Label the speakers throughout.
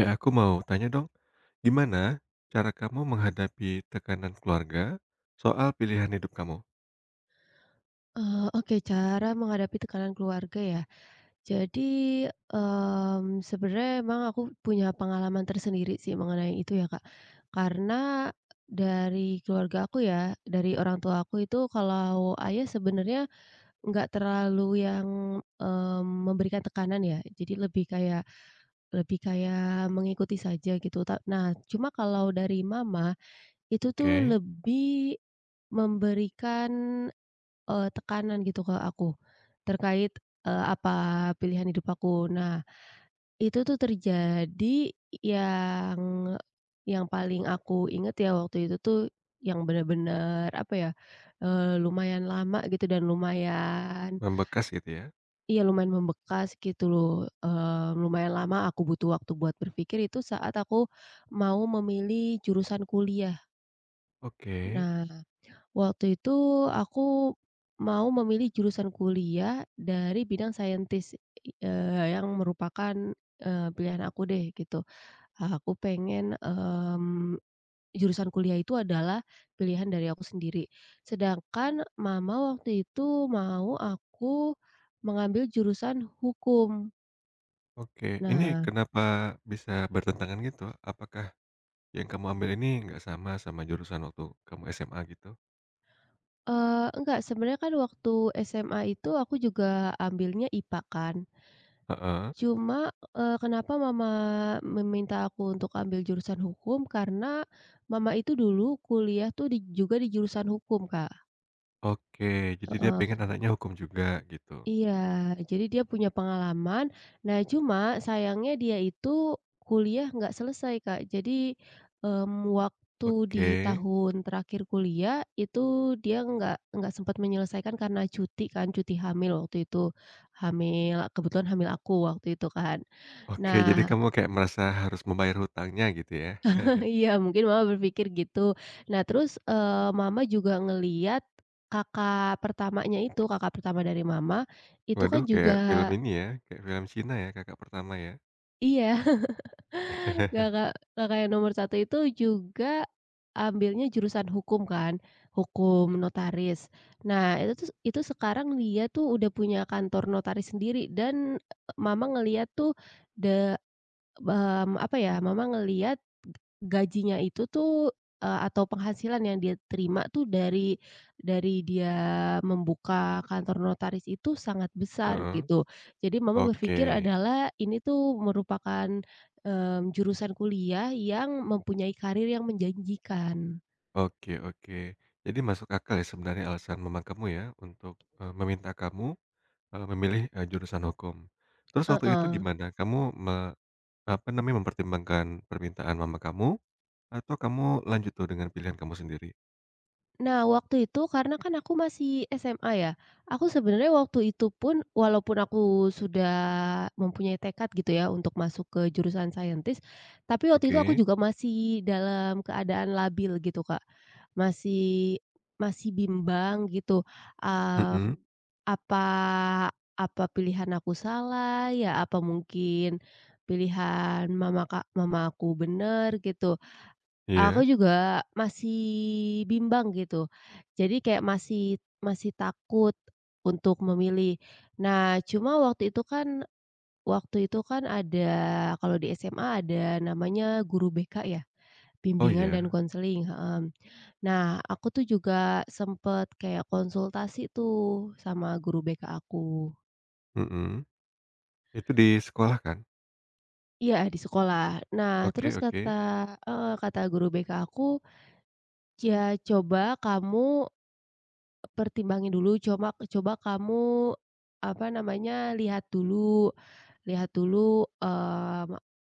Speaker 1: Eh, aku mau tanya dong, gimana cara kamu menghadapi tekanan keluarga soal pilihan hidup kamu?
Speaker 2: Oke, cara menghadapi tekanan keluarga ya. Jadi, sebenarnya emang aku punya pengalaman tersendiri sih mengenai itu ya, Kak. Karena dari keluarga aku ya, dari orang tua aku itu kalau ayah sebenarnya nggak terlalu yang, memberikan tekanan ya. Jadi lebih kayak mengikuti saja gitu. Nah, cuma kalau dari mama itu tuh
Speaker 1: Oke,
Speaker 2: lebih memberikan tekanan gitu ke aku, terkait, apa pilihan hidup aku. Nah, itu tuh terjadi yang yang paling aku inget ya waktu itu tuh yang bener-bener apa ya, lumayan lama gitu dan lumayan
Speaker 1: membekas gitu ya.
Speaker 2: iya lumayan membekas gitu loh, lumayan lama aku butuh waktu buat berpikir itu saat aku mau memilih jurusan kuliah.
Speaker 1: Oke,
Speaker 2: Nah, waktu itu aku mau memilih jurusan kuliah dari bidang saintis, yang merupakan, pilihan aku deh gitu. Aku pengen, jurusan kuliah itu adalah pilihan dari aku sendiri. Sedangkan mama waktu itu mau aku mengambil jurusan hukum.
Speaker 1: oke. Ini
Speaker 2: Nah,
Speaker 1: kenapa bisa bertentangan gitu? Apakah yang kamu ambil ini nggak sama sama jurusan waktu kamu SMA gitu?
Speaker 2: enggak, sebenarnya kan waktu SMA itu aku juga ambilnya IPA kan.
Speaker 1: Heeh.
Speaker 2: Cuma, kenapa mama meminta aku untuk ambil jurusan hukum, karena mama itu dulu kuliah tuh di juga di jurusan hukum, Kak.
Speaker 1: Oke, jadi dia pengen
Speaker 2: Heeh,
Speaker 1: anaknya hukum juga gitu.
Speaker 2: iya, jadi dia punya pengalaman. Nah, cuma sayangnya dia itu kuliah nggak selesai, Kak. Jadi, waktu di
Speaker 1: Oke,
Speaker 2: tahun terakhir kuliah itu dia nggak sempat menyelesaikan karena cuti kan, cuti hamil waktu itu. Hamil, kebetulan hamil aku waktu itu kan.
Speaker 1: oke. Jadi
Speaker 2: Nah,
Speaker 1: kamu kayak merasa harus membayar hutangnya gitu ya?
Speaker 2: iya, mungkin Mama berpikir gitu. Nah, terus, Mama juga ngelihat kakak pertamanya itu, kakak pertama dari Mama, itu kan
Speaker 1: Waduh,
Speaker 2: juga
Speaker 1: kayak film ini ya, kayak film Cina ya, kakak pertama ya.
Speaker 2: iya, kakak kakak yang nomor satu itu juga ambilnya jurusan hukum kan, hukum notaris. Nah, itu tuh, itu sekarang dia tuh udah punya kantor notaris sendiri dan Mama ngelihat tuh de apa ya, Mama ngelihat gajinya itu tuh, atau penghasilan yang dia terima tuh dari dia membuka kantor notaris itu sangat besar
Speaker 1: Heeh,
Speaker 2: gitu. Jadi mama
Speaker 1: oke.
Speaker 2: berpikir adalah ini tuh merupakan, jurusan kuliah yang mempunyai karir yang menjanjikan.
Speaker 1: Oke, oke. Jadi masuk akal ya sebenarnya alasan mama kamu ya untuk, meminta kamu, memilih, jurusan hukum. Terus waktu itu
Speaker 2: Heeh.
Speaker 1: gimana? Kamu me Apa namanya, mempertimbangkan permintaan mama kamu atau kamu lanjut tuh dengan pilihan kamu sendiri?
Speaker 2: Nah, waktu itu karena kan aku masih SMA ya, aku sebenarnya waktu itu pun walaupun aku sudah mempunyai tekad gitu ya untuk masuk ke jurusan saintis, tapi waktu itu aku
Speaker 1: Oke,
Speaker 2: juga masih dalam keadaan labil gitu, Kak. Masih masih bimbang gitu, eee,
Speaker 1: mhm,
Speaker 2: apa apa pilihan aku salah ya, apa mungkin pilihan mama aku bener gitu. Aku
Speaker 1: iya.
Speaker 2: juga masih bimbang gitu. Jadi kayak masih masih takut untuk memilih. Nah, cuma waktu itu kan ada, kalau di SMA ada namanya guru BK ya,
Speaker 1: Oh
Speaker 2: bimbingan dan
Speaker 1: iya,
Speaker 2: konseling, heeh. Nah, aku tuh juga sempet kayak konsultasi tuh sama guru BK aku.
Speaker 1: mhm. Itu di sekolah kan?
Speaker 2: Iya, di sekolah. Nah,
Speaker 1: Oke
Speaker 2: terus kata
Speaker 1: oke.
Speaker 2: heeh, kata guru BK aku, "Ya coba kamu pertimbangin dulu, coba coba kamu, apa namanya, lihat dulu,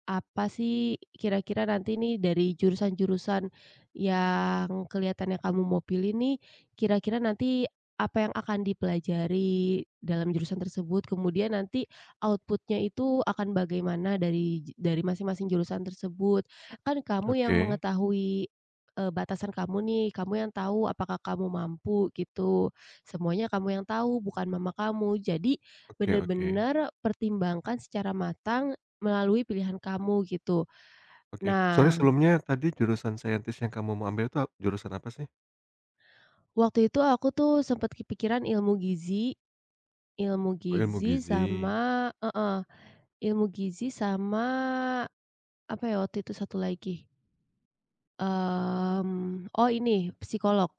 Speaker 2: apa sih kira-kira nanti nih dari jurusan-jurusan yang kelihatannya kamu mau pilih nih, kira-kira nanti apa yang akan dipelajari dalam jurusan tersebut, kemudian nanti outputnya itu akan bagaimana dari masing-masing jurusan tersebut. Kan kamu yang
Speaker 1: Oke.
Speaker 2: mengetahui, batasan kamu nih, kamu yang tahu apakah kamu mampu gitu, semuanya kamu yang tahu bukan mama kamu. Jadi
Speaker 1: Oke oke.
Speaker 2: benar-benar pertimbangkan secara matang melalui pilihan kamu gitu."
Speaker 1: Oke. Sorry
Speaker 2: Nah,
Speaker 1: sebelumnya tadi jurusan saintis yang kamu mau ambil itu jurusan apa sih?
Speaker 2: waktu itu aku tuh sempat kepikiran ilmu
Speaker 1: Oh, ilmu
Speaker 2: gizi
Speaker 1: gizi.
Speaker 2: sama, ilmu gizi sama apa ya waktu itu satu lagi, oh ini psikolog.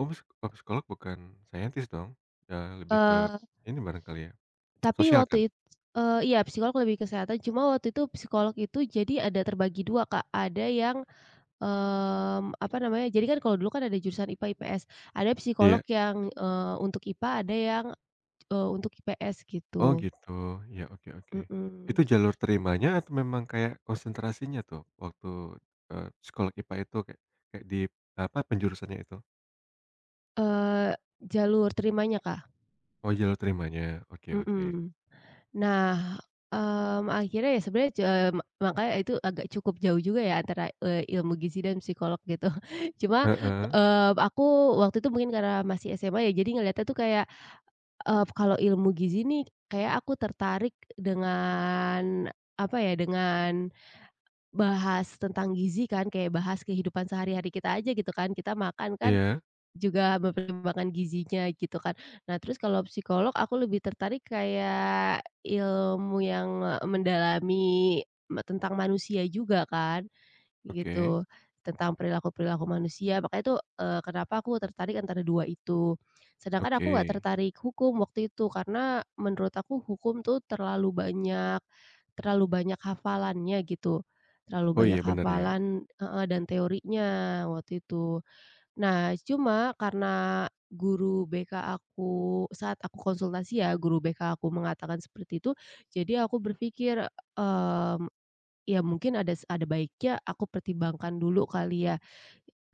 Speaker 1: Oh, psi Oh, psikolog bukan saintis dong? Ya lebih ke
Speaker 2: Eee,
Speaker 1: ini barangkali ya,
Speaker 2: tapi
Speaker 1: sosial
Speaker 2: waktu
Speaker 1: kan?
Speaker 2: it eee, Iya, psikolog lebih kesehatan, cuma waktu itu psikolog itu jadi ada terbagi dua, Kak. Ada yang apa namanya, jadi kan kalau dulu kan ada jurusan IPA, IPS, ada psikolog
Speaker 1: Iya.
Speaker 2: yang, untuk IPA, ada yang, untuk IPS
Speaker 1: Oh,
Speaker 2: gitu,
Speaker 1: gitu. Iya, oke oke.
Speaker 2: mhm,
Speaker 1: Itu jalur terimanya atau memang kayak konsentrasinya tuh waktu, psikolog IPA itu kayak kayak di apa, penjurusannya itu?
Speaker 2: eee, jalur terimanya, Kak,
Speaker 1: Oh, jalur terimanya. Oke oke.
Speaker 2: mhm. Nah, akhirnya ya sebenarnya ce makanya itu agak cukup jauh juga ya antara, ilmu gizi dan psikolog gitu. Cuma,
Speaker 1: Heeh.
Speaker 2: aku waktu itu mungkin karena masih SMA ya, jadi ngeliatnya tuh kayak, kalau ilmu gizi nih kayak aku tertarik dengan, apa ya, dengan bahas tentang gizi kan, kayak bahas kehidupan sehari-hari kita aja gitu kan, kita makan kan
Speaker 1: Iya.
Speaker 2: juga mempertimbangkan gizinya gitu kan. Nah, terus kalau psikolog aku lebih tertarik kayak ilmu yang, mendalami tentang manusia juga kan.
Speaker 1: Oke.
Speaker 2: Gitu, tentang perilaku-perilaku manusia, makanya itu, kenapa aku tertarik antara 2 itu. Sedangkan
Speaker 1: Oke.
Speaker 2: aku nggak tertarik hukum waktu itu, karena menurut aku hukum tuh terlalu banyak hafalannya gitu, terlalu
Speaker 1: Oh,
Speaker 2: banyak
Speaker 1: iya bener ya.
Speaker 2: hafalan, heeh, dan teorinya waktu itu. Nah, cuma karena guru BK aku saat aku konsultasi ya, guru BK aku mengatakan seperti itu, jadi aku berpikir, mmm ya mungkin ada ada baiknya aku pertimbangkan dulu kali ya,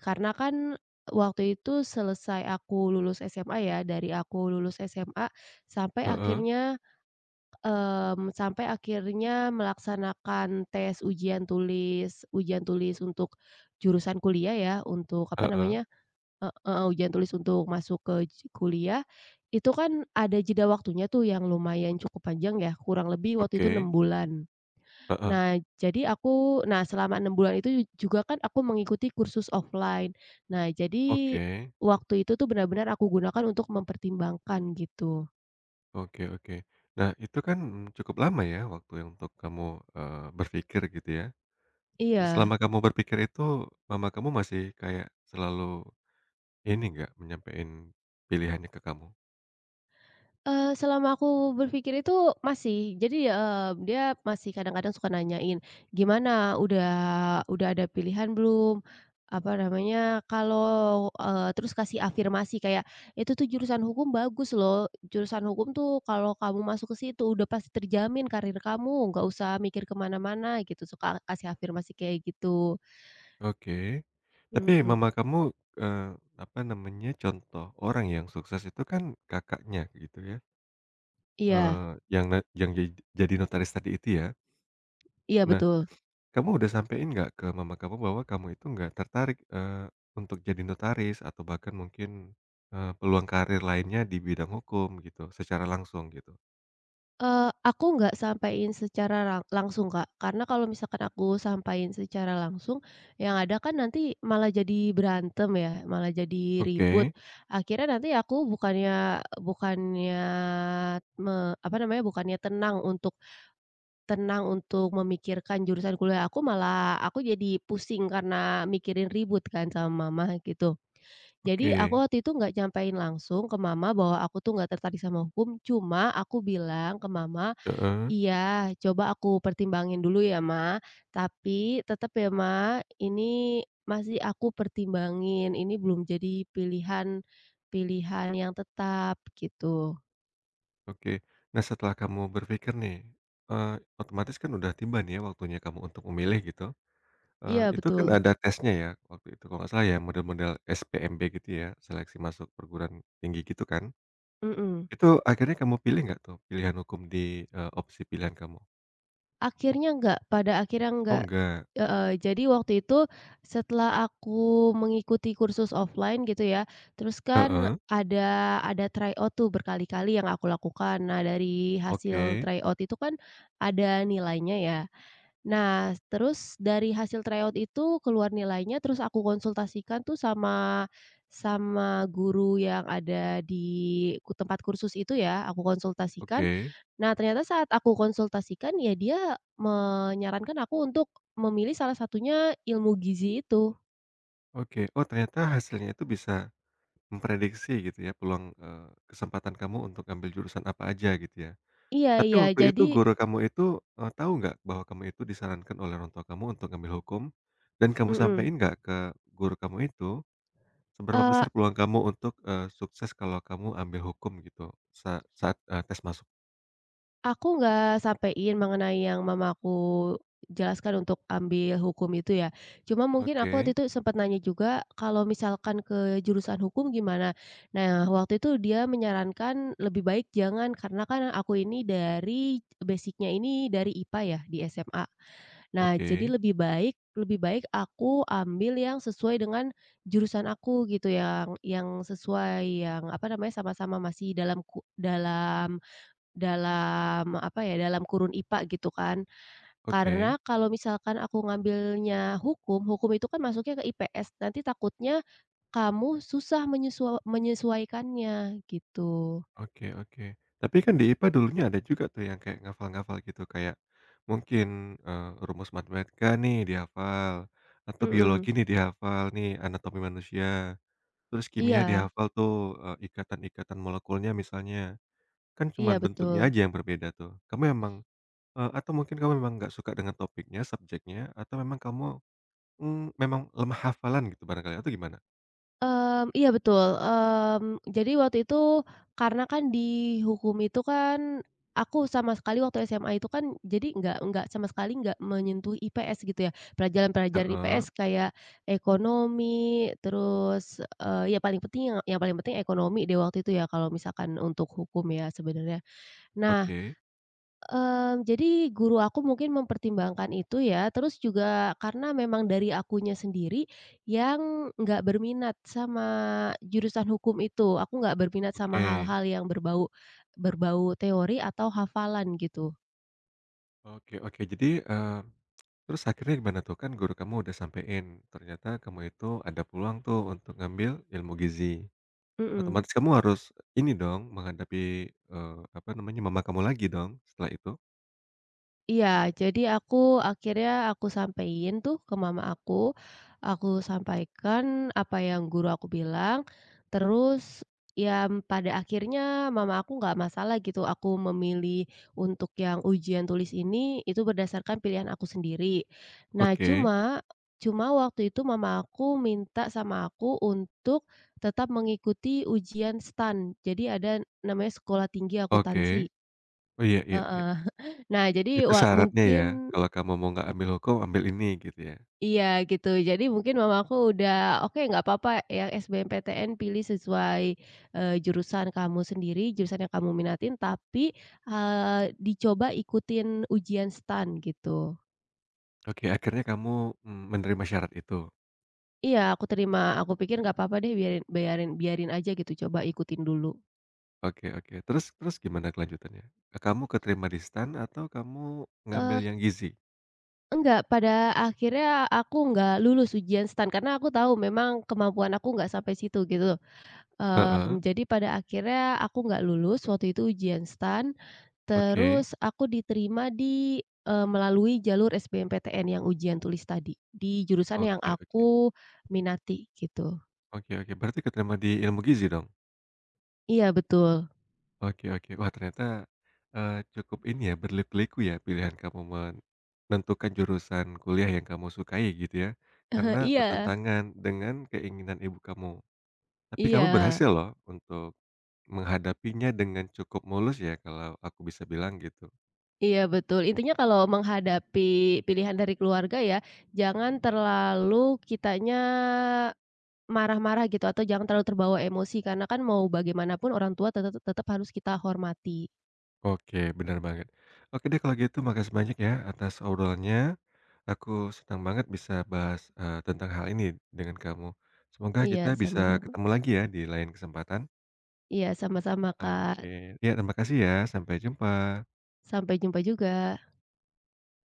Speaker 2: karena kan waktu itu selesai aku lulus SMA ya, dari aku lulus SMA sampai
Speaker 1: Heeh.
Speaker 2: akhirnya, sampai akhirnya melaksanakan tes ujian tulis untuk jurusan kuliah ya, untuk apa
Speaker 1: Heeh.
Speaker 2: namanya ujian tulis untuk masuk ke kuliah, itu kan ada jeda waktunya tuh yang lumayan cukup panjang ya, kurang lebih waktu itu 6
Speaker 1: Oke.
Speaker 2: bulan.
Speaker 1: Heeh.
Speaker 2: Nah, jadi selama 6 bulan itu juga kan aku mengikuti kursus offline. Nah, jadi
Speaker 1: Oke.
Speaker 2: waktu itu tuh benar-benar aku gunakan untuk mempertimbangkan gitu.
Speaker 1: Oke oke. Nah, itu kan cukup lama ya waktu yang untuk kamu, berpikir gitu ya. Nah,
Speaker 2: Iya.
Speaker 1: selama kamu berpikir itu, mama kamu masih kayak selalu ini nggak, menyampaikan pilihannya ke kamu?
Speaker 2: Selama aku berpikir itu masih. Jadi, dia masih kadang-kadang suka nanyain, "Gimana, udah udah ada pilihan belum?" Apa namanya, kalau terus kasih afirmasi kayak, "Itu tuh jurusan hukum bagus loh. Jurusan hukum tuh kalau kamu masuk ke situ udah pasti terjamin karir kamu, nggak usah mikir ke mana-mana," gitu. Suka kasih afirmasi kayak gitu.
Speaker 1: Oke. Tapi
Speaker 2: Mhm.
Speaker 1: mama kamu, eee, apa namanya, contoh orang yang sukses itu kan kakaknya gitu ya,
Speaker 2: Iya,
Speaker 1: eee, yang na yang ja jadi notaris tadi itu ya.
Speaker 2: iya,
Speaker 1: Nah,
Speaker 2: betul.
Speaker 1: kamu udah sampein nggak ke mama kamu bahwa kamu itu nggak tertarik, untuk jadi notaris atau bahkan mungkin, peluang karir lainnya di bidang hukum gitu, secara langsung gitu?
Speaker 2: Aku nggak sampein secara langsung, Kak. Karena kalau misalkan aku sampaiin secara langsung, yang ada kan nanti malah jadi berantem ya, malah jadi ribut.
Speaker 1: Oke
Speaker 2: Akhirnya nanti aku bukannya bukannya me apa namanya, bukannya tenang untuk memikirkan jurusan kuliah aku, malah aku jadi pusing karena mikirin ribut kan sama mama gitu. Jadi aku
Speaker 1: oke,
Speaker 2: waktu itu nggak nyampein langsung ke mama bahwa aku tuh nggak tertarik sama hukum, cuma aku bilang ke mama,
Speaker 1: heeh,
Speaker 2: "Iya, coba aku pertimbangin dulu ya, Ma. Tapi tetap ya, Ma. Ini masih aku pertimbangin, ini belum jadi pilihan pilihan yang tetap gitu."
Speaker 1: oke. Nah, setelah kamu berpikir nih, eee, otomatis kan udah tiba nih ya waktunya kamu untuk memilih gitu,
Speaker 2: Iya,
Speaker 1: itu kan
Speaker 2: betul,
Speaker 1: ada tesnya ya waktu itu kalau nggak salah ya model-model SPMB gitu ya, seleksi masuk perguruan tinggi gitu kan.
Speaker 2: mhm.
Speaker 1: Itu akhirnya kamu pilih nggak tuh pilihan hukum di, opsi pilihan kamu?
Speaker 2: Akhirnya enggak, pada akhirnya
Speaker 1: Oh
Speaker 2: enggak.
Speaker 1: enggak,
Speaker 2: Heeh, jadi waktu itu setelah aku mengikuti kursus offline gitu ya, terus kan
Speaker 1: heeh,
Speaker 2: ada tryout tuh berkali-kali yang aku lakukan. Nah, dari hasil
Speaker 1: oke
Speaker 2: tryout itu kan ada nilainya ya. Nah, terus dari hasil tryout itu keluar nilainya, terus aku konsultasikan tuh sama sama guru yang ada di tempat kursus itu ya, aku konsultasikan.
Speaker 1: oke
Speaker 2: Nah, ternyata saat aku konsultasikan, ya dia menyarankan aku untuk memilih salah satunya ilmu gizi itu.
Speaker 1: oke. Oh ternyata hasilnya itu bisa memprediksi gitu ya peluang, kesempatan kamu untuk ambil jurusan apa aja gitu ya.
Speaker 2: Iya,
Speaker 1: Tapi
Speaker 2: iya,
Speaker 1: waktu itu
Speaker 2: jadi,
Speaker 1: guru kamu itu, tahu nggak bahwa kamu itu disarankan oleh orang tua kamu untuk ambil hukum? Dan kamu
Speaker 2: mhm,
Speaker 1: sampaikan nggak ke guru kamu itu, seberapa besar peluang kamu untuk, sukses kalau kamu ambil hukum gitu saat, tes masuk?
Speaker 2: aku nggak sampein mengenai yang mamaku jelaskan untuk ambil hukum itu ya. Cuma mungkin aku waktu
Speaker 1: Oke
Speaker 2: itu sempat nanya juga kalau misalkan ke jurusan hukum gimana. Nah, waktu itu dia menyarankan lebih baik jangan, karena kan aku ini dari basicnya ini dari IPA ya di SMA. Nah, jadi
Speaker 1: oke
Speaker 2: lebih baik aku ambil yang sesuai dengan jurusan aku gitu, yang sesuai, yang apa namanya, sama-sama masih dalam ku- dalam dalam apa ya, dalam kurun IPA gitu kan.
Speaker 1: oke.
Speaker 2: Karena kalau misalkan aku ngambilnya hukum, hukum itu kan masuknya ke IPS, nanti takutnya kamu susah menyesuaikannya gitu.
Speaker 1: Oke oke. Tapi kan di IPA dulunya ada juga tuh yang kayak ngafal-ngafal gitu, kayak mungkin, rumus matematika nih dihafal, atau
Speaker 2: Mhm,
Speaker 1: biologi nih dihafal nih, anatomi manusia, terus kimia
Speaker 2: iya,
Speaker 1: dihafal tuh, ikatan-ikatan molekulnya misalnya. Kan
Speaker 2: iya
Speaker 1: cuman bentuknya
Speaker 2: betul.
Speaker 1: aja yang berbeda tuh. Atau mungkin kamu memang nggak suka dengan topiknya, subjeknya, atau memang kamu, memang lemah hafalan gitu barangkali, atau gimana?
Speaker 2: Iya betul. Jadi waktu itu karena kan di hukum itu kan aku sama sekali waktu SMA itu kan jadi nggak sama sekali nggak menyentuh IPS gitu ya, pelajaran-pelajaran
Speaker 1: Heeh.
Speaker 2: IPS kayak ekonomi, terus, ya paling penting, yang paling penting ekonomi deh waktu itu ya kalau misalkan untuk hukum ya sebenarnya. Nah
Speaker 1: Oke.
Speaker 2: Jadi guru aku mungkin mempertimbangkan itu ya, terus juga karena memang dari akunya sendiri yang nggak berminat sama jurusan hukum itu, aku nggak berminat sama
Speaker 1: Oke.
Speaker 2: hal-hal yang berbau berbau teori atau hafalan gitu,
Speaker 1: Oke oke. Jadi, eee Terus akhirnya gimana tuh? Kan guru kamu udah sampein, ternyata kamu itu ada peluang tuh untuk ngambil ilmu gizi.
Speaker 2: mhm.
Speaker 1: Otomatis kamu harus ini dong menghadapi, apa namanya, mama kamu lagi dong setelah itu?
Speaker 2: Iya, jadi akhirnya aku sampein tuh ke mama aku sampaikan apa yang guru aku bilang, terus ya pada akhirnya mama aku nggak masalah gitu, aku memilih untuk yang ujian tulis ini itu berdasarkan pilihan aku sendiri. Nah,
Speaker 1: Oke
Speaker 2: cuma cuma waktu itu mama aku minta sama aku untuk tetap mengikuti ujian STAN. Jadi ada namanya sekolah tinggi
Speaker 1: oke.
Speaker 2: akuntansi.
Speaker 1: Oh, iya iya iya.
Speaker 2: Heeh. Nah, jadi
Speaker 1: Itu syaratnya ya,
Speaker 2: mungkin
Speaker 1: kalau kamu mau nggak ambil hukum, ambil ini gitu ya?
Speaker 2: iya gitu. Jadi mungkin mama aku udah, "Oke, nggak apa-apa yang SBMPTN pilih sesuai, jurusan kamu sendiri, jurusan yang kamu minatin, tapi, dicoba ikutin ujian STAN," gitu.
Speaker 1: Oke, akhirnya kamu, menerima syarat itu.
Speaker 2: Iya, aku terima. Aku pikir nggak apa-apa deh, biarin, biarin, biarin aja gitu, coba ikutin dulu.
Speaker 1: Oke oke. Terus terus gimana kelanjutannya? Kamu keterima di STAN atau kamu ngambil
Speaker 2: Eee,
Speaker 1: yang gizi?
Speaker 2: enggak, pada akhirnya aku nggak lulus ujian STAN karena aku tahu memang kemampuan aku nggak sampai situ gitu.
Speaker 1: Heeh.
Speaker 2: Jadi pada akhirnya aku nggak lulus waktu itu ujian STAN,
Speaker 1: Oke.
Speaker 2: terus aku diterima di, melalui jalur SBMPTN yang ujian tulis tadi, di jurusan yang
Speaker 1: Oke oke.
Speaker 2: aku minati gitu.
Speaker 1: Oke oke, berarti keterima di ilmu gizi dong?
Speaker 2: Iya betul.
Speaker 1: Oke oke. Wah ternyata, cukup ini ya, berliku-liku ya pilihan kamu menentukan jurusan kuliah yang kamu sukai gitu ya, karena
Speaker 2: Iya,
Speaker 1: bertentangan dengan keinginan ibu kamu. Tapi kamu
Speaker 2: iya,
Speaker 1: berhasil loh untuk menghadapinya dengan cukup mulus ya kalau aku bisa bilang gitu.
Speaker 2: iya betul. Intinya kalau menghadapi pilihan dari keluarga ya, jangan terlalu kitanya marah-marah gitu atau jangan terlalu terbawa emosi karena kan mau bagaimanapun orang tua tetap harus kita hormati.
Speaker 1: Oke, benar banget. Oke deh kalau gitu makasih banyak ya atas obrolannya. Aku senang banget bisa bahas, tentang hal ini dengan kamu. Semoga kita
Speaker 2: Iya,
Speaker 1: bisa
Speaker 2: sama-sama.
Speaker 1: ketemu lagi ya di lain kesempatan.
Speaker 2: Iya, sama-sama, Kak.
Speaker 1: Oke, ya terima kasih ya, sampai jumpa.
Speaker 2: Sampai jumpa juga.